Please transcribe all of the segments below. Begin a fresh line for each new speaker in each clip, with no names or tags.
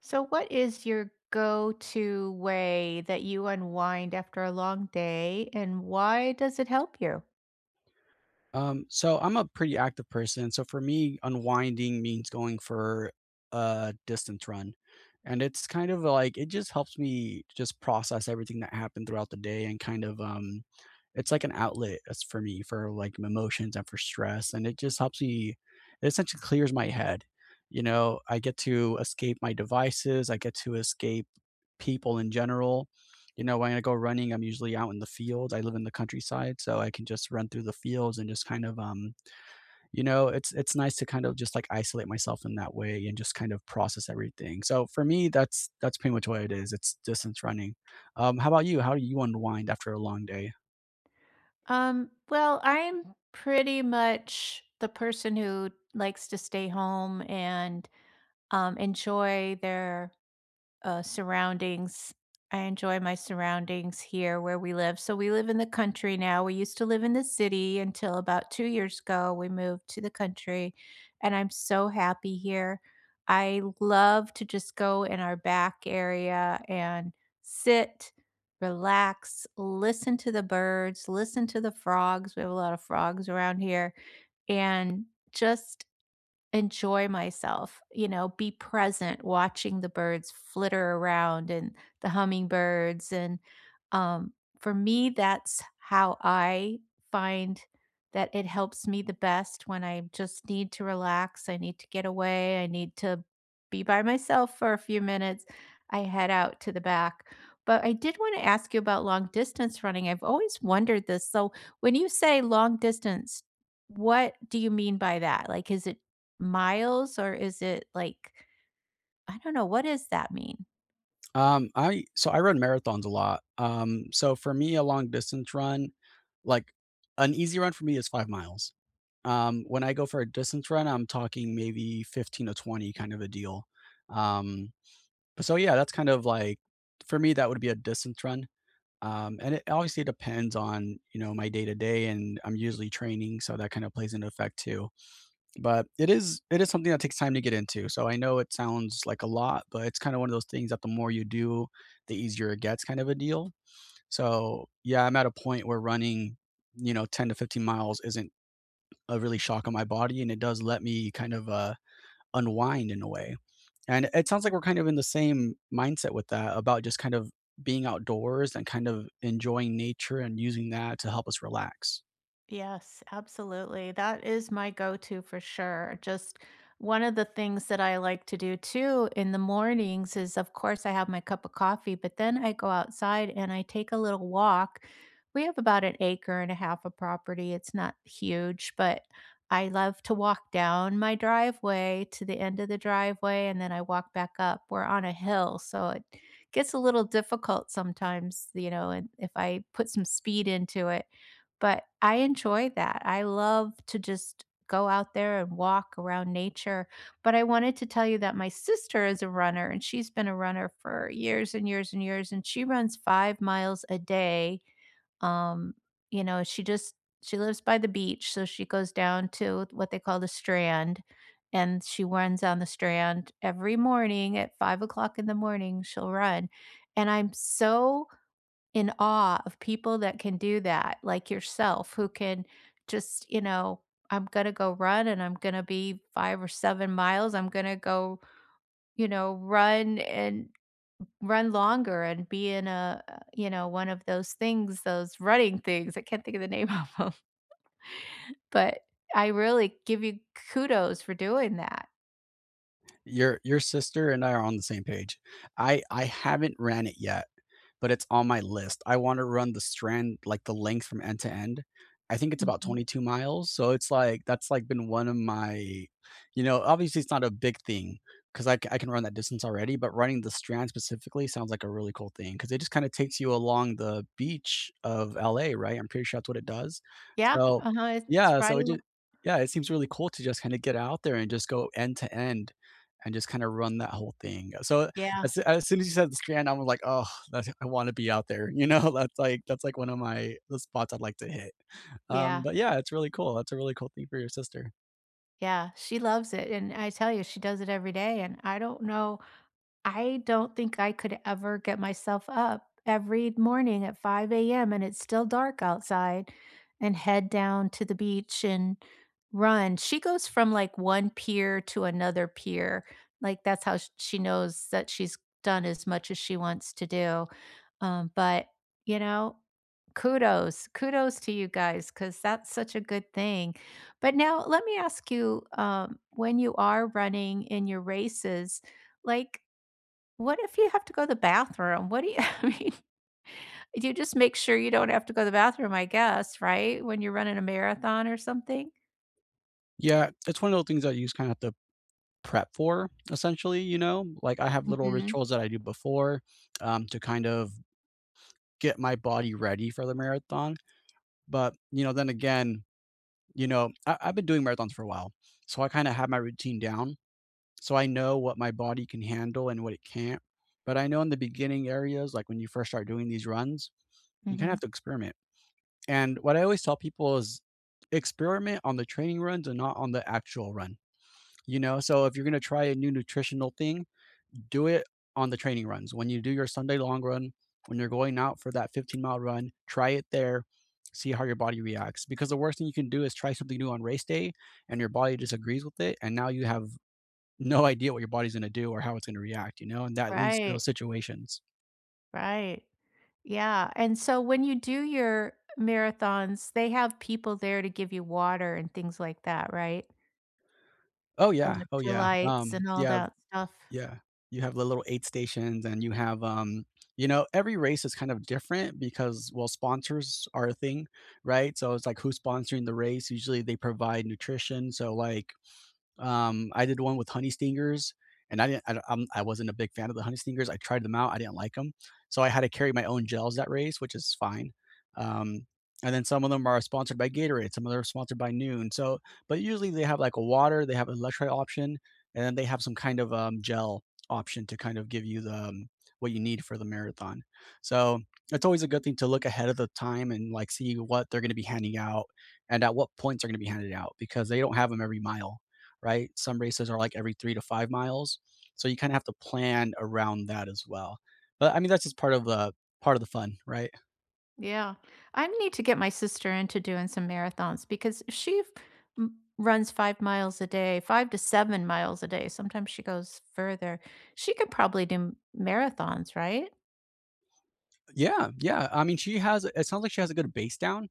So, what is your go to way that you unwind after a long day and why does it help you?
So I'm a pretty active person. So for me, unwinding means going for a distance run. And it's kind of like it just helps me just process everything that happened throughout the day and kind of it's like an outlet as for me for like my emotions and for stress. And it just helps me, it essentially clears my head. You know, I get to escape my devices, I get to escape people in general. You know, when I go running, I'm usually out in the field. I live in the countryside, so I can just run through the fields and just kind of, you know, it's nice to kind of just like isolate myself in that way and just kind of process everything. So for me, that's pretty much what it is. It's distance running. How about you? How do you unwind after a long day?
Well, I'm pretty much the person who likes to stay home and enjoy their surroundings. I enjoy my surroundings here where we live. So we live in the country now. We used to live in the city until about 2 years ago. We moved to the country, and I'm so happy here. I love to just go in our back area and sit, relax, listen to the birds, listen to the frogs. We have a lot of frogs around here, and just enjoy myself, you know, be present watching the birds flitter around and the hummingbirds. And um, for me, that's how I find that it helps me the best when I just need to relax. I need to get away. I need to be by myself for a few minutes. I head out to the back. But I did want to ask you about long distance running. I've always wondered this. So, when you say long distance, what do you mean by that? Like, is it miles or is it like I don't know, what does that mean?
I so I run marathons a lot. So for me, a long distance run, like, an easy run for me is 5 miles. When I go for a distance run, I'm talking maybe 15 to 20, kind of a deal. Um, but yeah, that's kind of like, for me that would be a distance run. And it obviously depends on, you know, my day to day, and I'm usually training, so that kind of plays into effect too. But it is something that takes time to get into. So I know it sounds like a lot, but it's kind of one of those things that the more you do, the easier it gets, kind of a deal. So yeah, I'm at a point where running, you know, 10 to 15 miles isn't a really shock on my body, and it does let me kind of unwind in a way. And it sounds like
Right.
we're kind of in the same mindset with that about just kind of being outdoors and kind of enjoying nature and using that to help us relax.
Yes, absolutely. That is my go-to for sure. Just one of the things that I like to do too in the mornings is, of course, I have my cup of coffee, but then I go outside and I take a little walk. We have about an acre and a half of property. It's not huge, but I love to walk down my driveway to the end of the driveway, and then I walk back up. We're on a hill, so it gets a little difficult sometimes, you know, and if I put some speed into it, but I enjoy that. I love to just go out there and walk around nature. But I wanted to tell you that my sister is a runner, and she's been a runner for years and years and years, and she runs 5 miles a day, um, you know, she just she lives by the beach, so she goes down to what they call the Strand, and she runs on the Strand every morning at 5 o'clock in the morning, she'll run, and I'm so in awe of people that can do that, like yourself, who can just, you know, "I'm gonna go run, and I'm gonna be 5 or 7 miles. I'm gonna go, you know, run and run longer and be in a, you know, one of those things, those running things, I can't think of the name of them, but I really give you kudos for doing that.
Your sister and I are on the same page. I haven't ran it yet, but it's on my list. I wanna run the Strand, like, the length from end to end. I think it's about
Mhm.
22 miles, so it's like that's, like, been one of my, you know, obviously, it's not a big thing 'cause I can run that distance already, but running the Strand specifically sounds like a really cool thing because it just kinda takes you along the beach of LA, right? I'm pretty sure that's what it does.
Yeah,
So
uh-huh, it's
yeah,
right
so it ju
along.
yeah, it seems really cool to just kinda get out there and just go end to end and just kinda run that whole thing. So
Yeah,
as soon as you said the Strand, I was like, "Oh, that's I wanna be out there," you know? That's like, that's like one of my the spots I'd like to hit. Um,
yeah,
but yeah, it's really cool. That's a really cool thing for your sister.
yeah, she loves it, and I tell you, she does it every day, and I don't know I don't think I could ever get myself up every morning at 5 AM and it's still dark outside and head down to the beach and run. She goes from like one pier to another pier. Like that's how she knows that she's done as much as she wants to do. But you know, kudos, kudos to you guys because that's such a good thing. But now let me ask you, when you are running in your races, like what if you have to go to the bathroom? What do you I mean, you just make sure you don't have to go to the bathroom, I guess, right? When you're running a marathon or something?
Yeah, it's one of those things that you just kinda have to prep for, essentially, you know? Like, I have little
Mhm.
rituals that I do before, to kind of get my body ready for the marathon, but, you know, then again, you know, I've been doing marathons for a while, so I kinda have my routine down. So I know what my body can handle and what it can't. But I know in the beginning areas, like when you first start doing these runs, you kind of
Mhm.
have to experiment. And what I always tell people is experiment on the training runs and not on the actual run. You know, so if you're going to try a new nutritional thing, do it on the training runs. When you do your Sunday long run, when you're going out for that 15-mile run, try it there, see how your body reacts. Because the worst thing you can do is try something new on race day and your body disagrees with it. And now you have no idea what your body's gonna do or how it's gonna react, you know, and that leads to
Right,
those situations.
right. Yeah, and so when you do your marathons, they have people there to give you water and things like that, right?
Oh, yeah. Oh, yeah.
Electrolytes and all
Yeah,
that stuff.
yeah. You have the little aid stations and you have, you know, every race is kind of different because, well, sponsors are a thing, right? So it's like who's sponsoring the race. Usually they provide nutrition. So, like, I did one with honey stingers, and I didn't. I wasn't a big fan of the honey stingers. I tried them out. I didn't like them, so I had to carry my own gels that race, which is fine. Um, and then some of them are sponsored by Gatorade. Some of them are sponsored by Noon. So, but usually they have like a water, they have an electrolyte option, and then they have some kind of gel option to kind of give you the what you need for the marathon. So it's always a good thing to look ahead of the time and like see what they're going to be handing out and at what points they're going to be handed out because they don't have them every mile, right? Some races are like every 3 to 5 miles. So you kind of have to plan around that as well. But I mean, that's just part of the fun, right?
Yeah. I need to get my sister into doing some marathons because runs 5 miles a day, 5 to 7 miles a day. Sometimes she goes further. She could probably do marathons, right?
Yeah, yeah. I mean, she has. It sounds like she has a good base down.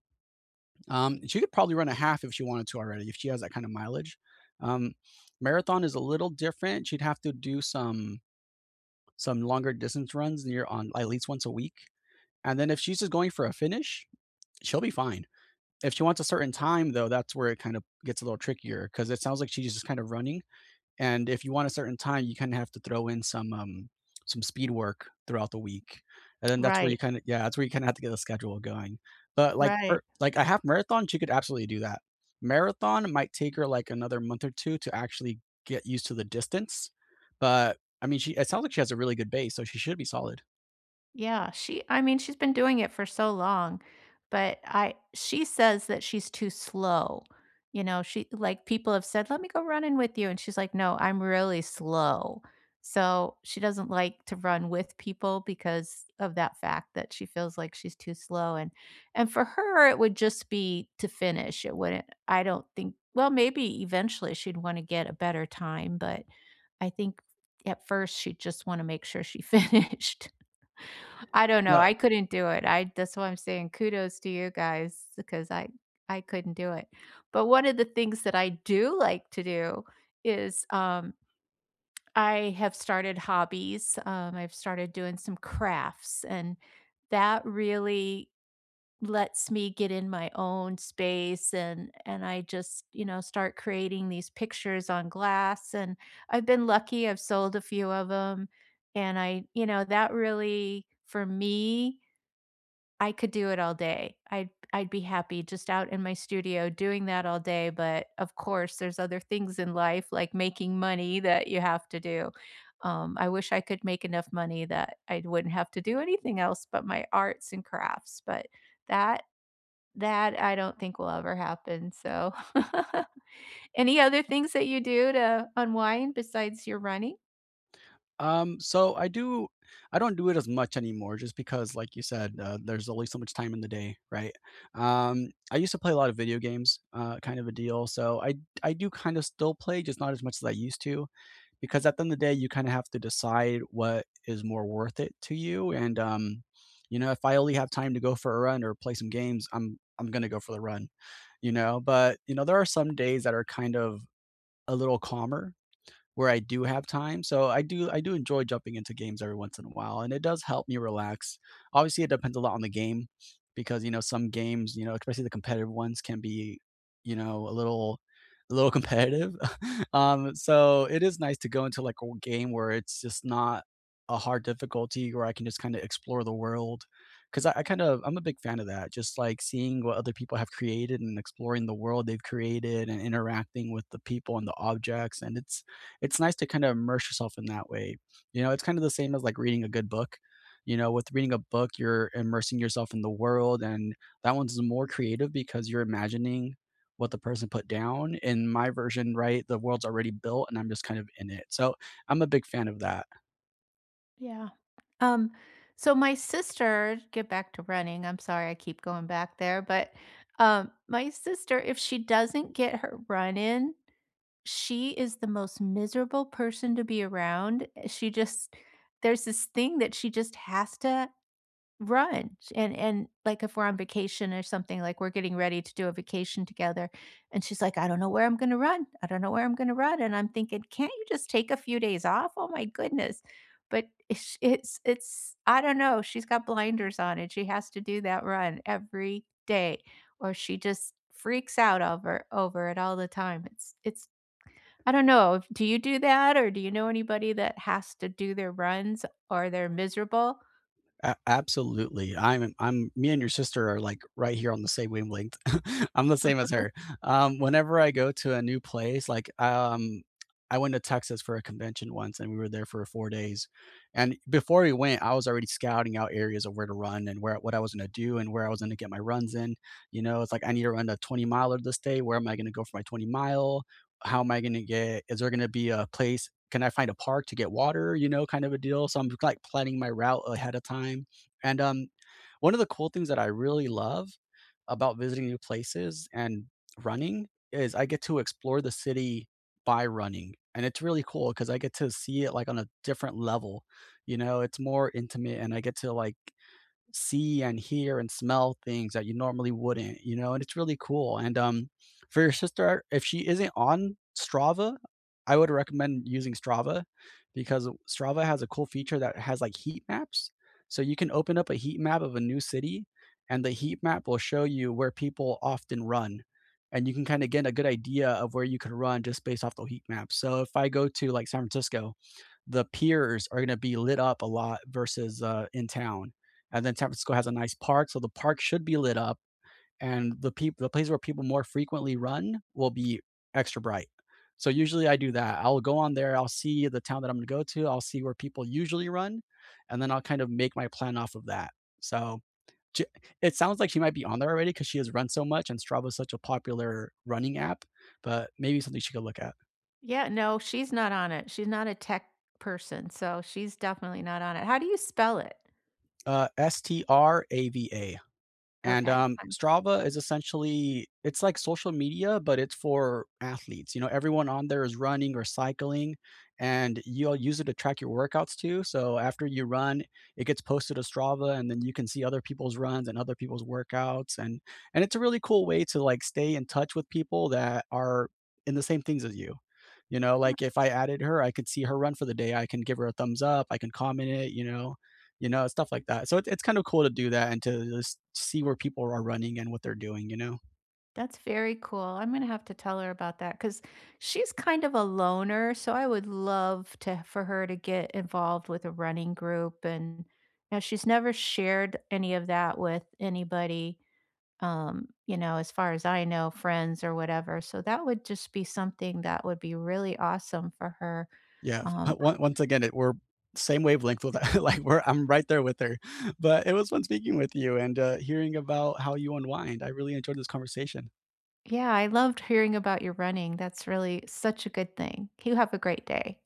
She could probably run a half if she wanted to already, if she has that kind of mileage. Um, Marathon is a little different. She'd have to do some longer distance runs near on at least once a week. And then if she's just going for a finish, she'll be fine. If she wants a certain time though, that's where it kind of gets a little trickier because it sounds like she's just kind of running. And if you want a certain time, you kind of have to throw in some some speed work throughout the week, and then that's where
Right.
you kind of yeah, that's where you kind of have to get the schedule going. But like
Right.
for like a half marathon, she could absolutely do that. Marathon might take her like another month or two to actually get used to the distance, but I mean, she it sounds like she has a really good base, so she should be solid.
Yeah, she's been doing it for so long, but I she says that she's too slow. You know, she like people have said, "Let me go running with you." And she's like, "No, I'm really slow." So, she doesn't like to run with people because of that fact that she feels like she's too slow and for her it would just be to finish. It wouldn't I don't think well, maybe eventually she'd want to get a better time, but I think at first she'd just want to make sure she finished. I don't know, I couldn't do it, I that's why I'm saying kudos to you guys because I couldn't do it. But one of the things that I do like to do is, I have started hobbies, I've started doing some crafts, and that really lets me get in my own space and I just, you know, start creating these pictures on glass, and I've been lucky, I've sold a few of them, and I you know, that really, for me, I could do it all day. I'd be happy just out in my studio doing that all day, but of course, there's other things in life like making money that you have to do. I wish I could make enough money that I wouldn't have to do anything else but my arts and crafts, but that that I don't think will ever happen, so any other things that you do to unwind besides your running?
So I don't do it as much anymore just because like you said, there's only so much time in the day, right? I used to play a lot of video games, kind of a deal. So I do kind of still play, just not as much as I used to, because at the end of the day, you kind of have to decide what is more worth it to you. And you know, if I only have time to go for a run or play some games, I'm gonna go for the run, you know. But you know, there are some days that are kind of a little calmer where I do have time. So I do enjoy jumping into games every once in a while, and it does help me relax. Obviously, it depends a lot on the game because you know some games, you know, especially the competitive ones, can be you know a little competitive. So it is nice to go into like a game where it's just not a hard difficulty, where I can just kind of explore the world. Because I I'm a big fan of that, just like seeing what other people have created and exploring the world they've created and interacting with the people and the objects, and it's nice to kind of immerse yourself in that way. You know, it's kind of the same as like reading a good book. You know, with reading a book, you're immersing yourself in the world, and that one's more creative because you're imagining what the person put down. In my version, right, the world's already built and I'm just kind of in it. So I'm a big fan of that.
Yeah. Um, so my sister, get back to running. I'm sorry I keep going back there, but my sister, if she doesn't get her run in, she is the most miserable person to be around. She just there's this thing that she just has to run, and like, if we're on vacation or something, like, we're getting ready to do a vacation together, and she's like, "I don't know where I'm gonna run. I don't know where I'm gonna run," and I'm thinking, "Can't you just take a few days off? Oh my goodness." But it's I don't know, she's got blinders on, and she has to do that run every day, or she just freaks out over it all the time. It's I don't know, do you do that, or do you know anybody that has to do their runs or they're miserable?
A absolutely. I'm me and your sister are, like, right here on the same wavelength. I'm the same as her. Whenever I go to a new place, I went to Texas for a convention once, and we were there for 4 days, and before we went, I was already scouting out areas of where to run and where what I was gonna do and where I was gonna get my runs in. You know, it's like, "I need to run a 20 miler this day. Where am I gonna go for my 20 mile?" How am I gonna get is there gonna be a place, can I find a park to get water, you know, kind of a deal? So I'm like planning my route ahead of time. And one of the cool things that I really love about visiting new places and running is I get to explore the city by running. And it's really cool because I get to see it like on a different level. You know, it's more intimate and I get to like see and hear and smell things that you normally wouldn't, you know, and it's really cool. And for your sister, if she isn't on Strava, I would recommend using Strava because Strava has a cool feature that has like heat maps. So you can open up a heat map of a new city, and the heat map will show you where people often run. And you can kind of get a good idea of where you could run just based off the heat map. So if I go to like San Francisco, the piers are going to be lit up a lot versus in town. And then San Francisco has a nice park, so the park should be lit up, and the people, the places where people more frequently run, will be extra bright. So usually I do that. I'll go on there. I'll see the town that I'm going to go to. I'll see where people usually run, and then I'll kind of make my plan off of that. So j- it sounds like she might be on there already because she has run so much, and Strava is such a popular running app. But maybe something she could look at.
Yeah, no, she's not on it. She's not a tech person, so she's definitely not on it. How do you spell it?
Strava. And
Okay, fine.
Strava is essentially it's like social media, but it's for athletes. You know, everyone on there is running or cycling, and you'll use it to track your workouts too. So after you run, it gets posted to Strava, and then you can see other people's runs and other people's workouts, and it's a really cool way to like stay in touch with people that are in the same things as you. You know, like if I added her, I could see her run for the day. I can give her a thumbs up. I can comment it. You know, stuff like that. So it's kind of cool to do that and to just see where people are running and what they're doing, you know?
That's very cool. I'm gonna have to tell her about that because she's kind of a loner, so I would love to for her to get involved with a running group, and now she's never shared any of that with anybody, you know, as far as I know, friends or whatever. So that would just be something that would be really awesome for her.
Yeah.
Um,
Once again, we're same wavelength with that. like we're I'm right there with her. But it was fun speaking with you and hearing about how you unwind. I really enjoyed this conversation.
yeah, I loved hearing about your running. That's really such a good thing. You have a great day.